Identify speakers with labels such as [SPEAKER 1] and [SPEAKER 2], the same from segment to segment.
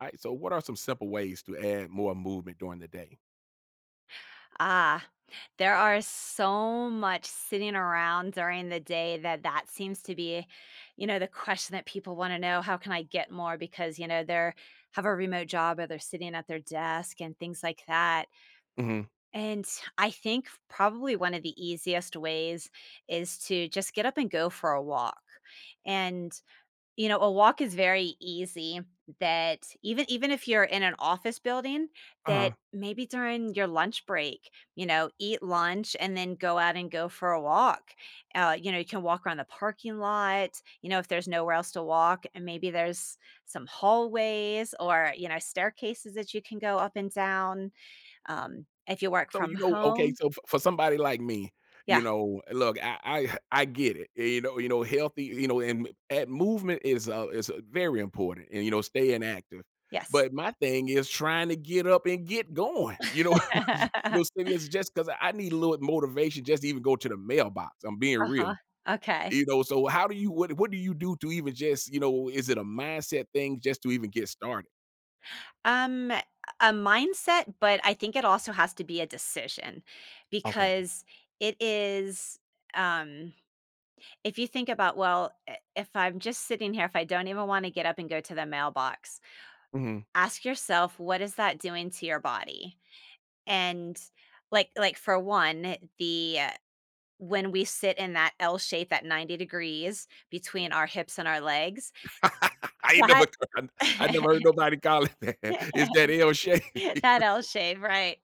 [SPEAKER 1] Alright, so what are some simple ways to add more movement during the day?
[SPEAKER 2] Ah, there are so much sitting around during the day that seems to be, you know, the question that people want to know. How can I get more? Because, you know, they're have a remote job or they're sitting at their desk and things like that.
[SPEAKER 1] Mhm.
[SPEAKER 2] And I think probably one of the easiest ways is to just get up and go for a walk. And you know, a walk is very easy that even if you're in an office building,
[SPEAKER 1] Uh-huh.
[SPEAKER 2] that maybe during your lunch break, you know, eat lunch and then go out and go for a walk. You know, you can walk around the parking lot, you know, if there's nowhere else to walk, and maybe there's some hallways or, you know, staircases that you can go up and down. If you work
[SPEAKER 1] So,
[SPEAKER 2] from
[SPEAKER 1] you know, okay,
[SPEAKER 2] home.
[SPEAKER 1] so f for somebody like me, you
[SPEAKER 2] Yeah,
[SPEAKER 1] know, look, I get it, healthy, you know, and at movement is very important and, you know, staying active.
[SPEAKER 2] yes.
[SPEAKER 1] But my thing is trying to get up and get going, you know, you saying just because I need a little motivation just to even go to the mailbox, I'm being real,
[SPEAKER 2] Uh-huh. Okay.
[SPEAKER 1] you know, so how do you what do you do to even just, you know, is it a mindset thing just to even get started?
[SPEAKER 2] A mindset, but I think it also has to be a decision
[SPEAKER 1] Okay.
[SPEAKER 2] because it is um if you think about, well, if I'm just sitting here, if I don't even want to get up and go to the mailbox,
[SPEAKER 1] Mhm.
[SPEAKER 2] ask yourself, what is that doing to your body? And like for one, the when we sit in that L shape at 90 degrees between our hips and our legs,
[SPEAKER 1] I ain't never
[SPEAKER 2] that
[SPEAKER 1] I I never heard nobody call it that. It's that L shape.
[SPEAKER 2] that L shape, right?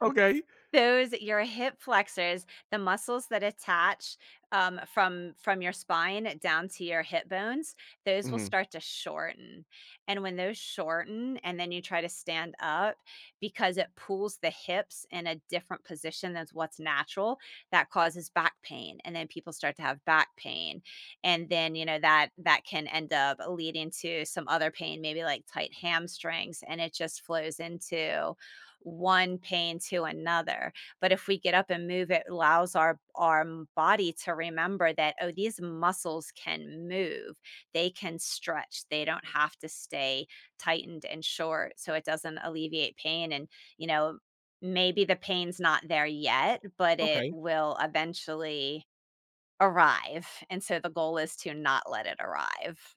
[SPEAKER 1] Okay.
[SPEAKER 2] Those your hip flexors, the muscles that attach, from your spine down to your hip bones, those will
[SPEAKER 1] Mhm.
[SPEAKER 2] start to shorten, and when those shorten and then you try to stand up, because it pulls the hips in a different position than what's natural, that causes back pain, and then people start to have back pain, and then, you know, that can end up leading to some other pain, maybe like tight hamstrings, and it just flows into one pain to another. But if we get up and move, it allows our body to remember that, oh, these muscles can move, they can stretch, they don't have to stay tightened and short, so it doesn't alleviate pain. And you know, maybe the pain's not there yet, but it
[SPEAKER 1] Okay.
[SPEAKER 2] will eventually arrive. And so the goal is to not let it arrive.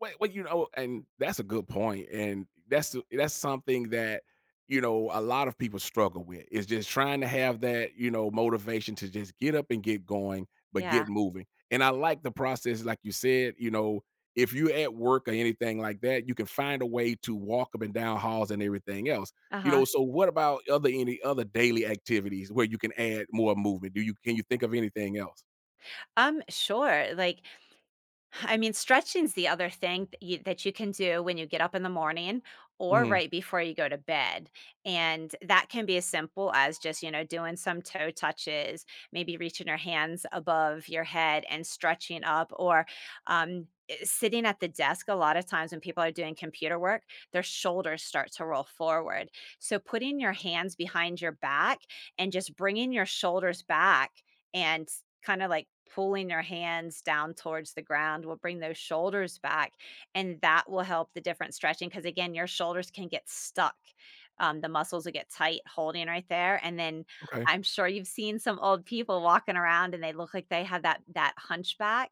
[SPEAKER 1] Well, you know, and that's a good point, and that's something that, you know, a lot of people struggle with, is just trying to have that, you know, motivation to just get up and get going, but
[SPEAKER 2] Yeah.
[SPEAKER 1] get moving, and I like the process, like you said, you know, if you're at work or anything like that, you can find a way to walk up and down halls and everything else, you
[SPEAKER 2] Uh-huh.
[SPEAKER 1] know, so what about other any other daily activities where you can add more movement? Do you can you think of anything else?
[SPEAKER 2] Sure. I mean, stretching's the other thing that you can do when you get up in the morning or
[SPEAKER 1] Mhm.
[SPEAKER 2] right before you go to bed. And that can be as simple as just, you know, doing some toe touches, maybe reaching your hands above your head and stretching up. Or sitting at the desk, a lot of times when people are doing computer work, their shoulders start to roll forward, so putting your hands behind your back and just bringing your shoulders back, and kind of like pulling your hands down towards the ground, will bring those shoulders back, and that will help the different stretching, because again your shoulders can get stuck. The muscles will get tight holding right there, and then
[SPEAKER 1] Okay.
[SPEAKER 2] I'm sure you've seen some old people walking around and they look like they have that hunchback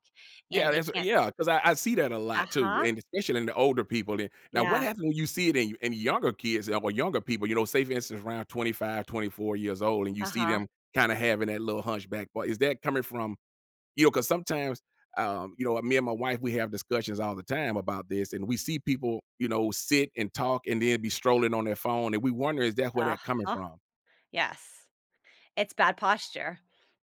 [SPEAKER 1] Yeah,
[SPEAKER 2] and they
[SPEAKER 1] that's
[SPEAKER 2] can't.
[SPEAKER 1] yeah, because I see that a lot too,
[SPEAKER 2] Uh-huh.
[SPEAKER 1] and especially in the older people, and now what
[SPEAKER 2] Yeah.
[SPEAKER 1] happens when you see it in younger kids or younger people, you know, say for instance around 25, 24 years old, and you see
[SPEAKER 2] Uh-huh.
[SPEAKER 1] them kinda having that little hunchback, but is that coming from, you know? Because sometimes, you know, me and my wife, we have discussions all the time about this, and we see people, you know, sit and talk and then be strolling on their phone, and we wonder, is that where that coming
[SPEAKER 2] Uh-huh.
[SPEAKER 1] from?
[SPEAKER 2] Yes. It's bad posture.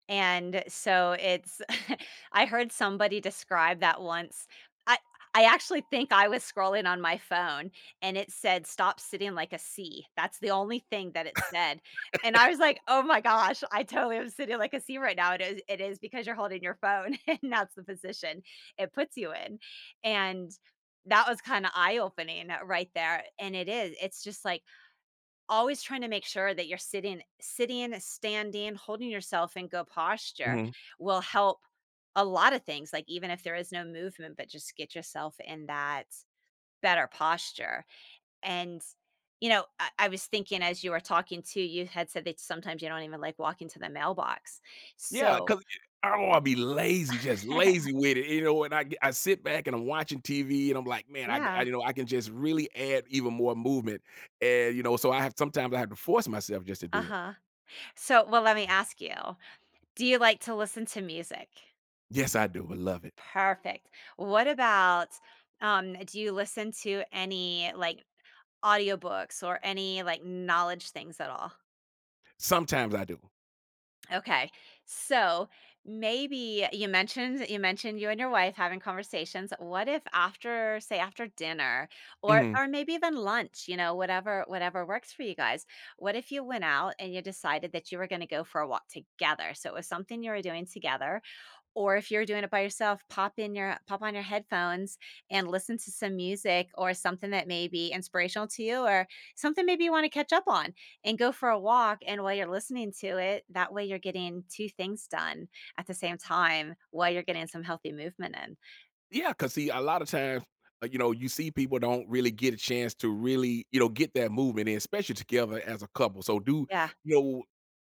[SPEAKER 2] And so it's I heard somebody describe that once. I I actually think I was scrolling on my phone and it said, "Stop sitting like a C." That's the only thing that it said. And I was like, "Oh my gosh, I totally am sitting like a C right now." It is because you're holding your phone, and that's the position it puts you in. And that was kind of eye opening right there. And it is. It's just like, always trying to make sure that you're sitting, standing, holding yourself in good posture
[SPEAKER 1] Mhm.
[SPEAKER 2] will help a lot of things, like, even if there is no movement, but just get yourself in that better posture. And, you know, I was thinking as you were talking too, you had said that sometimes you don't even like walking to the mailbox,
[SPEAKER 1] Yeah,
[SPEAKER 2] so
[SPEAKER 1] cause I don't wanna be lazy, just lazy with it, you know, and I sit back and I'm watching TV and I'm like, "Man, I"
[SPEAKER 2] Yeah,
[SPEAKER 1] you know, I can just really add even more movement, and, you know, so I have sometimes I have to force myself just to do it.
[SPEAKER 2] uh-huh. So, well, let me ask you, do you like to listen to music?
[SPEAKER 1] Yes, I do, I love it.
[SPEAKER 2] Perfect. What about, do you listen to any like audiobooks or any like knowledge things at all?
[SPEAKER 1] Sometimes I do.
[SPEAKER 2] Okay. So, maybe you mentioned you and your wife having conversations. What if after, say, after dinner
[SPEAKER 1] Mhm.
[SPEAKER 2] or maybe even lunch, you know, whatever works for you guys? What if you went out and you decided that you were going to go for a walk together, so it was something you were doing together? Or if you're doing it by yourself, pop on your headphones and listen to some music or something that may be inspirational to you, or something maybe you want to catch up on, and go for a walk. And while you're listening to it, that way you're getting two things done at the same time while you're getting some healthy movement in.
[SPEAKER 1] Cause see, a lot of times, you know, you see people don't really get a chance to really, you know, get that movement in, especially together as a couple, so do
[SPEAKER 2] Yeah.
[SPEAKER 1] you know,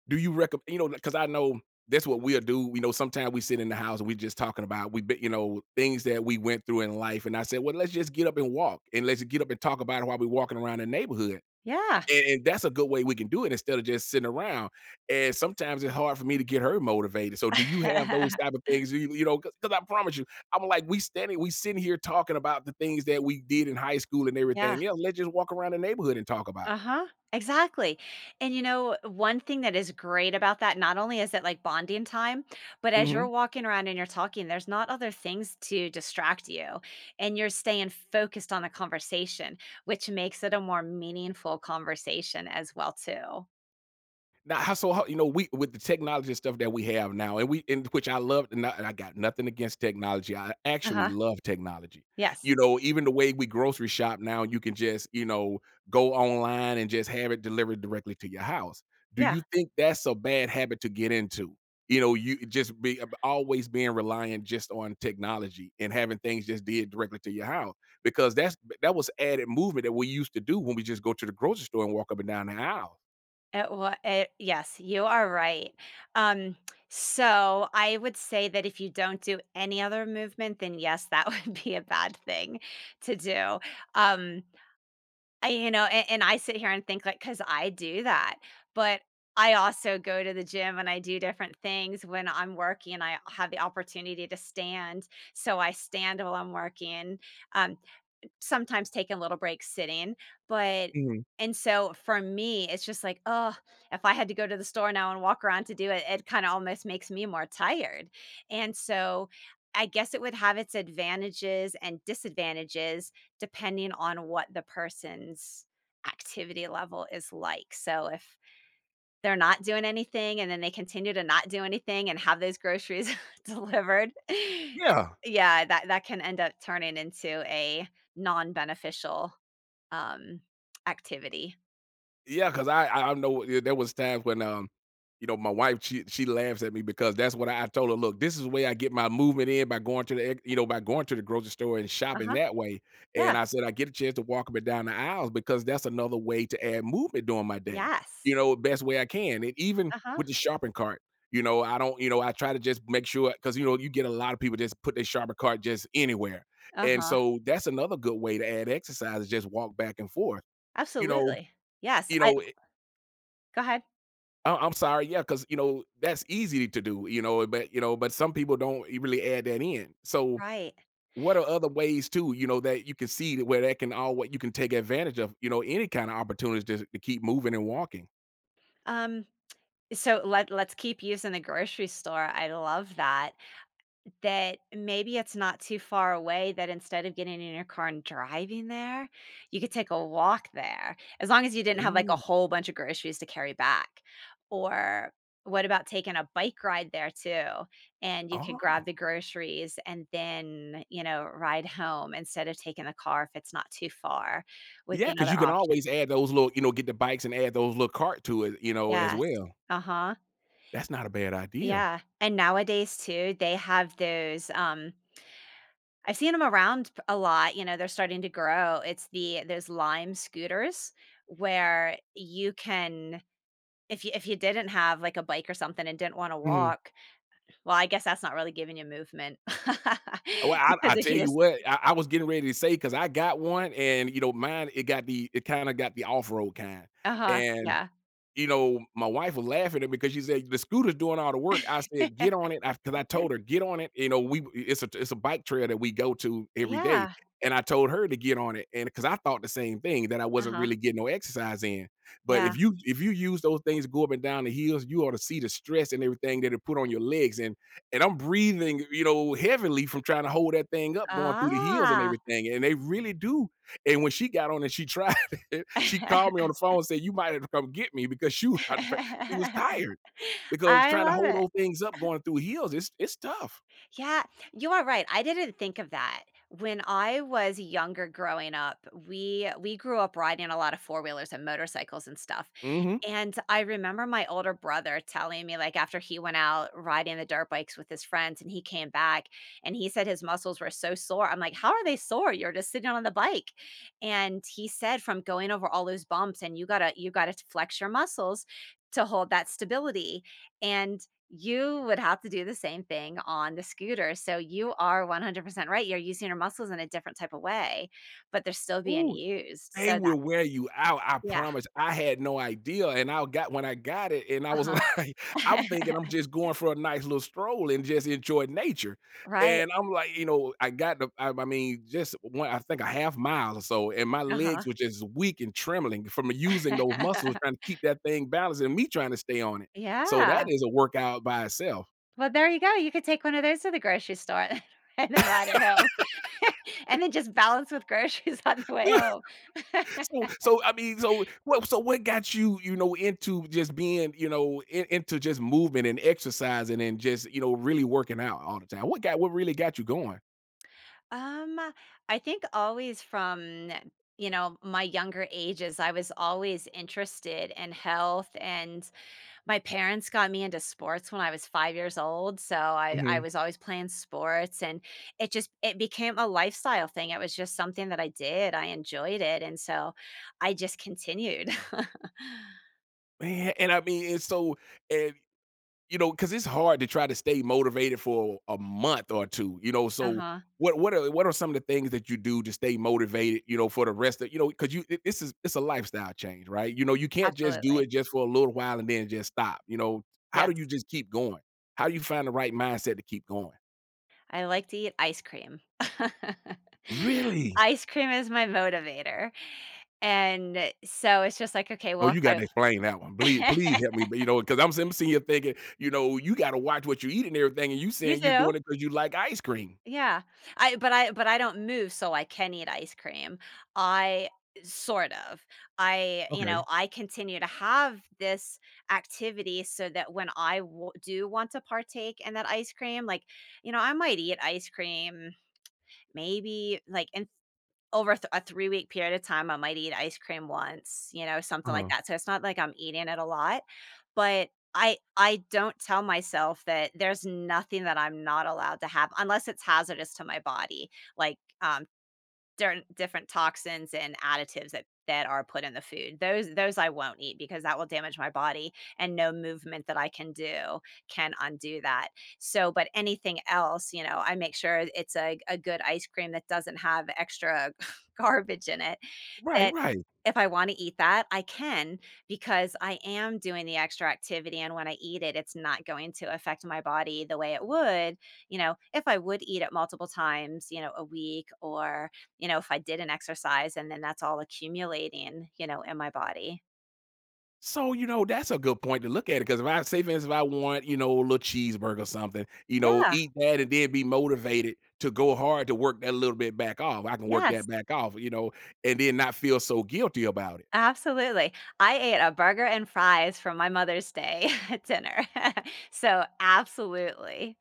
[SPEAKER 1] do you recommend, you know, because I know that's what we'll do, you know, sometimes we sit in the house and we just talking about you know, things that we went through in life, and I said, well, let's just get up and walk, and let's get up and talk about it while we're walking around the neighborhood,
[SPEAKER 2] Yeah.
[SPEAKER 1] and that's a good way we can do it instead of just sitting around, and sometimes it's hard for me to get her motivated, so do you have those type of things? You know, because I promise you, I'm like, we standing, we sitting here talking about the things that we did in high school and
[SPEAKER 2] Yeah.
[SPEAKER 1] everything else. Let's just walk around the neighborhood and talk about it.
[SPEAKER 2] Uh-huh. Exactly. And you know, one thing that is great about that, not only is it like bonding time, but as
[SPEAKER 1] Mm-hmm.
[SPEAKER 2] you're walking around and you're talking, there's not other things to distract you. And you're staying focused on the conversation, which makes it a more meaningful conversation as well, too.
[SPEAKER 1] Now, how so? How, you know, we with the technology and stuff that we have now, and we in which I love, and I got nothing against technology. I actually
[SPEAKER 2] Uh-huh.
[SPEAKER 1] love technology.
[SPEAKER 2] Yes.
[SPEAKER 1] You know, even the way we grocery shop now, you can just, you know, go online and just have it delivered directly to your house. Do
[SPEAKER 2] Yeah.
[SPEAKER 1] you think that's a bad habit to get into? You know, you just be always being reliant just on technology and having things just did directly to your house, because that's, that was added movement that we used to do when we just go to the grocery store and walk up and down the aisle.
[SPEAKER 2] Yes, you are right. Um, so I would say that if you don't do any other movement, then yes, that would be a bad thing to do. Um, I you know, and I sit here and think, like, because I do that, but I also go to the gym and I do different things. When I'm working, I have the opportunity to stand, so I stand while I'm working, um, sometimes taking little breaks sitting, but
[SPEAKER 1] Mhm.
[SPEAKER 2] and so for me, it's just like, oh, if I had to go to the store now and walk around to do it, it kinda almost makes me more tired, and so I guess it would have its advantages and disadvantages depending on what the person's activity level is like. So if they're not doing anything, and then they continue to not do anything and have those groceries delivered.
[SPEAKER 1] Yeah.
[SPEAKER 2] Yeah, that can end up turning into a non-beneficial, um, activity.
[SPEAKER 1] Yeah, cause I know, yeah, there was times when, you know, my wife, she laughs at me because that's what I told her, "Look, this is where I get my movement in by going to the ex, you know, by going to the grocery store and shopping
[SPEAKER 2] Uh-huh,
[SPEAKER 1] that way," and
[SPEAKER 2] yeah.
[SPEAKER 1] I said, "I get a chance to walk up and down the aisles because that's another way to add movement during my day, you
[SPEAKER 2] Yes.
[SPEAKER 1] know, best way I can," and even
[SPEAKER 2] Uh-huh,
[SPEAKER 1] with the shopping cart, you know, I don't, you know, I try to just make sure because, you know, you get a lot of people just put their shopping cart just anywhere, and
[SPEAKER 2] uh-huh,
[SPEAKER 1] so that's another good way to add exercise is just walk back and forth, you know.
[SPEAKER 2] absolutely. Yes,
[SPEAKER 1] You
[SPEAKER 2] I
[SPEAKER 1] know.
[SPEAKER 2] Go ahead.
[SPEAKER 1] Oh, I'm sorry. Yeah, because, you know, that's easy to do. You know, but, you know, but some people don't really add that in. So,
[SPEAKER 2] Right.
[SPEAKER 1] what are other ways too? You know, that you can see that where that can all what you can take advantage of. You know, any kind of opportunities to keep moving and walking.
[SPEAKER 2] Um, so let's keep using the grocery store, I love that. That maybe it's not too far away, that instead of getting in your car and driving there, you could take a walk there, as long as you didn't have, like, a
[SPEAKER 1] Ooh.
[SPEAKER 2] whole bunch of groceries to carry back. Or what about taking a bike ride there too, and you could grab
[SPEAKER 1] Oh,
[SPEAKER 2] the groceries and then, you know, ride home instead of taking the car if it's not too far, would
[SPEAKER 1] yeah,
[SPEAKER 2] be
[SPEAKER 1] because you
[SPEAKER 2] another
[SPEAKER 1] can
[SPEAKER 2] option.
[SPEAKER 1] always add those little, you know, get the bikes and add those little cart to it, you know, as
[SPEAKER 2] Yes.
[SPEAKER 1] well.
[SPEAKER 2] Uh-huh.
[SPEAKER 1] That's not a bad idea.
[SPEAKER 2] Yeah. And nowadays too, they have those, I've seen them around p a lot, you know, they're starting to grow. It's the Those Lime scooters where you can, if you didn't have, like, a bike or something and didn't wanna
[SPEAKER 1] Mhm.
[SPEAKER 2] walk, well, I guess that's not really giving you movement.
[SPEAKER 1] Well,
[SPEAKER 2] Because
[SPEAKER 1] I
[SPEAKER 2] if
[SPEAKER 1] tell
[SPEAKER 2] you
[SPEAKER 1] you
[SPEAKER 2] just
[SPEAKER 1] what, I was getting ready to say because I got one, and you know, mine, it got the, it kind of got the off road kind,
[SPEAKER 2] Uh-huh,
[SPEAKER 1] and
[SPEAKER 2] yeah.
[SPEAKER 1] you know, my wife was laughing at me because she said, "The scooter's doing all the work." I said, "Get on it," because I, 'cause I told her, "Get on it." You know, we, it's a, it's a bike trail that we go to every day,
[SPEAKER 2] Yeah.
[SPEAKER 1] and I told her to get on it, and because I thought the same thing, that I wasn't
[SPEAKER 2] Uh-huh,
[SPEAKER 1] really getting no exercise in, but
[SPEAKER 2] yeah.
[SPEAKER 1] if you, if you use those things to go up and down the hills, you ought to see the stress and everything that it put on your legs, and I'm breathing, you know, heavily from trying to hold that thing up going through the hills and
[SPEAKER 2] Ah.
[SPEAKER 1] everything, and they really do, and when she got on and she tried, she called me on the phone and said, "You might have to come get me because she was about to pack." She was tired because
[SPEAKER 2] I
[SPEAKER 1] trying to
[SPEAKER 2] love
[SPEAKER 1] hold
[SPEAKER 2] it.
[SPEAKER 1] those things up going through heels. It's tough.
[SPEAKER 2] Yeah, you are right. I didn't think of that. When I was younger growing up, we grew up riding a lot of four-wheelers and motorcycles and stuff.
[SPEAKER 1] Mhm.
[SPEAKER 2] And I remember my older brother telling me, like, after he went out riding the dirt bikes with his friends and he came back, and he said his muscles were so sore. I'm like, "How are they sore? You're just sitting on the bike." And he said from going over all those bumps, and you got to flex your muscles to hold that stability. And you would have to do the same thing on the scooter, so you are 100% right, you're using your muscles in a different type of way, but they're still being
[SPEAKER 1] Ooh.
[SPEAKER 2] used,
[SPEAKER 1] They
[SPEAKER 2] so that
[SPEAKER 1] will wear you out, I
[SPEAKER 2] Yeah,
[SPEAKER 1] promise. I had no idea, and I got, when I got it, and I was
[SPEAKER 2] uh-huh.
[SPEAKER 1] like, I'm thinking I'm just going for a nice little stroll and just enjoy nature,
[SPEAKER 2] Right,
[SPEAKER 1] and I'm like, you know, I got the, I mean, just one, I think a half mile or so, and my legs
[SPEAKER 2] uh-huh.
[SPEAKER 1] were just weak and trembling from using those muscles trying to keep that thing balanced and me trying to stay on it. So that
[SPEAKER 2] Yeah,
[SPEAKER 1] is a workout by itself.
[SPEAKER 2] well, there you go, you could take one of those to the grocery store and then ride it home, and then just balance with groceries on the way home.
[SPEAKER 1] So, so I mean, so what? So what got you, you know, into just being, you know, in, into just movement and exercising and just, you know, really working out all the time? What got? What really got you going?
[SPEAKER 2] Um, I think always from, you know, my younger ages, I was always interested in health. And my parents got me into sports when I was 5 years old, so I
[SPEAKER 1] Mhm.
[SPEAKER 2] was always playing sports, and it just it became a lifestyle thing, it was just something that I did, I enjoyed it, and so I just continued.
[SPEAKER 1] Man, and I mean, and so, and you know, because it's hard to try to stay motivated for a month or 2, you know, so
[SPEAKER 2] Uh-huh,
[SPEAKER 1] what are what are some of the things that you do to stay motivated, you know, for the rest of, you know, because you, it, this is, it's a lifestyle change, right? You know, you can't just do
[SPEAKER 2] absolutely.
[SPEAKER 1] it just for a little while and then just stop, you know? How do you
[SPEAKER 2] Yes,
[SPEAKER 1] just keep going? How do you find the right mindset to keep going?
[SPEAKER 2] I like to eat ice cream.
[SPEAKER 1] Really?
[SPEAKER 2] Ice cream is my motivator, and so it's just like, okay,
[SPEAKER 1] Oh,
[SPEAKER 2] well, if
[SPEAKER 1] you gotta explain that one. Please,
[SPEAKER 2] I
[SPEAKER 1] please help me, but, you know, because, 'cause I'm sitting, I'm sitting here thinking, you know, you gotta watch what you eat and everything, and you
[SPEAKER 2] You
[SPEAKER 1] saying you doing
[SPEAKER 2] do?
[SPEAKER 1] it because you like ice cream.
[SPEAKER 2] Yeah. I but I don't move, so I can eat ice cream. I sort of. I You
[SPEAKER 1] Okay.
[SPEAKER 2] know, I continue to have this activity so that when I do want to partake in that ice cream, like, you know, I might eat ice cream maybe like in a 3 week period of time, I might eat ice cream once, you know, something like
[SPEAKER 1] Uh-huh.
[SPEAKER 2] that. So it's not like I'm eating it a lot. But I don't tell myself that there's nothing that I'm not allowed to have unless it's hazardous to my body, like, different toxins and additives that are put in the food. Those I won't eat, because that will damage my body and no movement that I can do can undo that. So, but anything else, you know, I make sure it's a good ice cream that doesn't have extra garbage in it
[SPEAKER 1] Right,
[SPEAKER 2] that
[SPEAKER 1] right.
[SPEAKER 2] if I want to eat that, I can, because I am doing the extra activity. And when I eat it, it's not going to affect my body the way it would, you know, if I would eat it multiple times, you know, a week, or you know, if I didn't exercise, and then that's all accumulating, you know, in my body.
[SPEAKER 1] So, you know, that's a good point to look at it, because if I say, for instance, if I want, you know, a little cheeseburger or something, you know,
[SPEAKER 2] Yeah.
[SPEAKER 1] eat that and then be motivated to go hard to work that little bit back off. I can work that
[SPEAKER 2] Yes.
[SPEAKER 1] back off, you know, and then not feel so guilty about it.
[SPEAKER 2] Absolutely. I ate a burger and fries from my Mother's Day dinner. So, absolutely.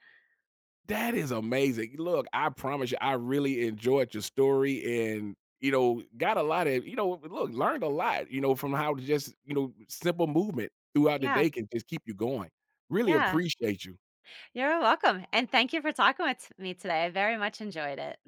[SPEAKER 1] That is amazing. Look, I promise you, I really enjoyed your story and, you know, got a lot of, you know, look, learned a lot, you know, from how to just, you know, simple movement throughout the
[SPEAKER 2] Yeah.
[SPEAKER 1] day can just keep you going. Really
[SPEAKER 2] Yeah.
[SPEAKER 1] appreciate you.
[SPEAKER 2] You're welcome. And thank you for talking with me today. I very much enjoyed it.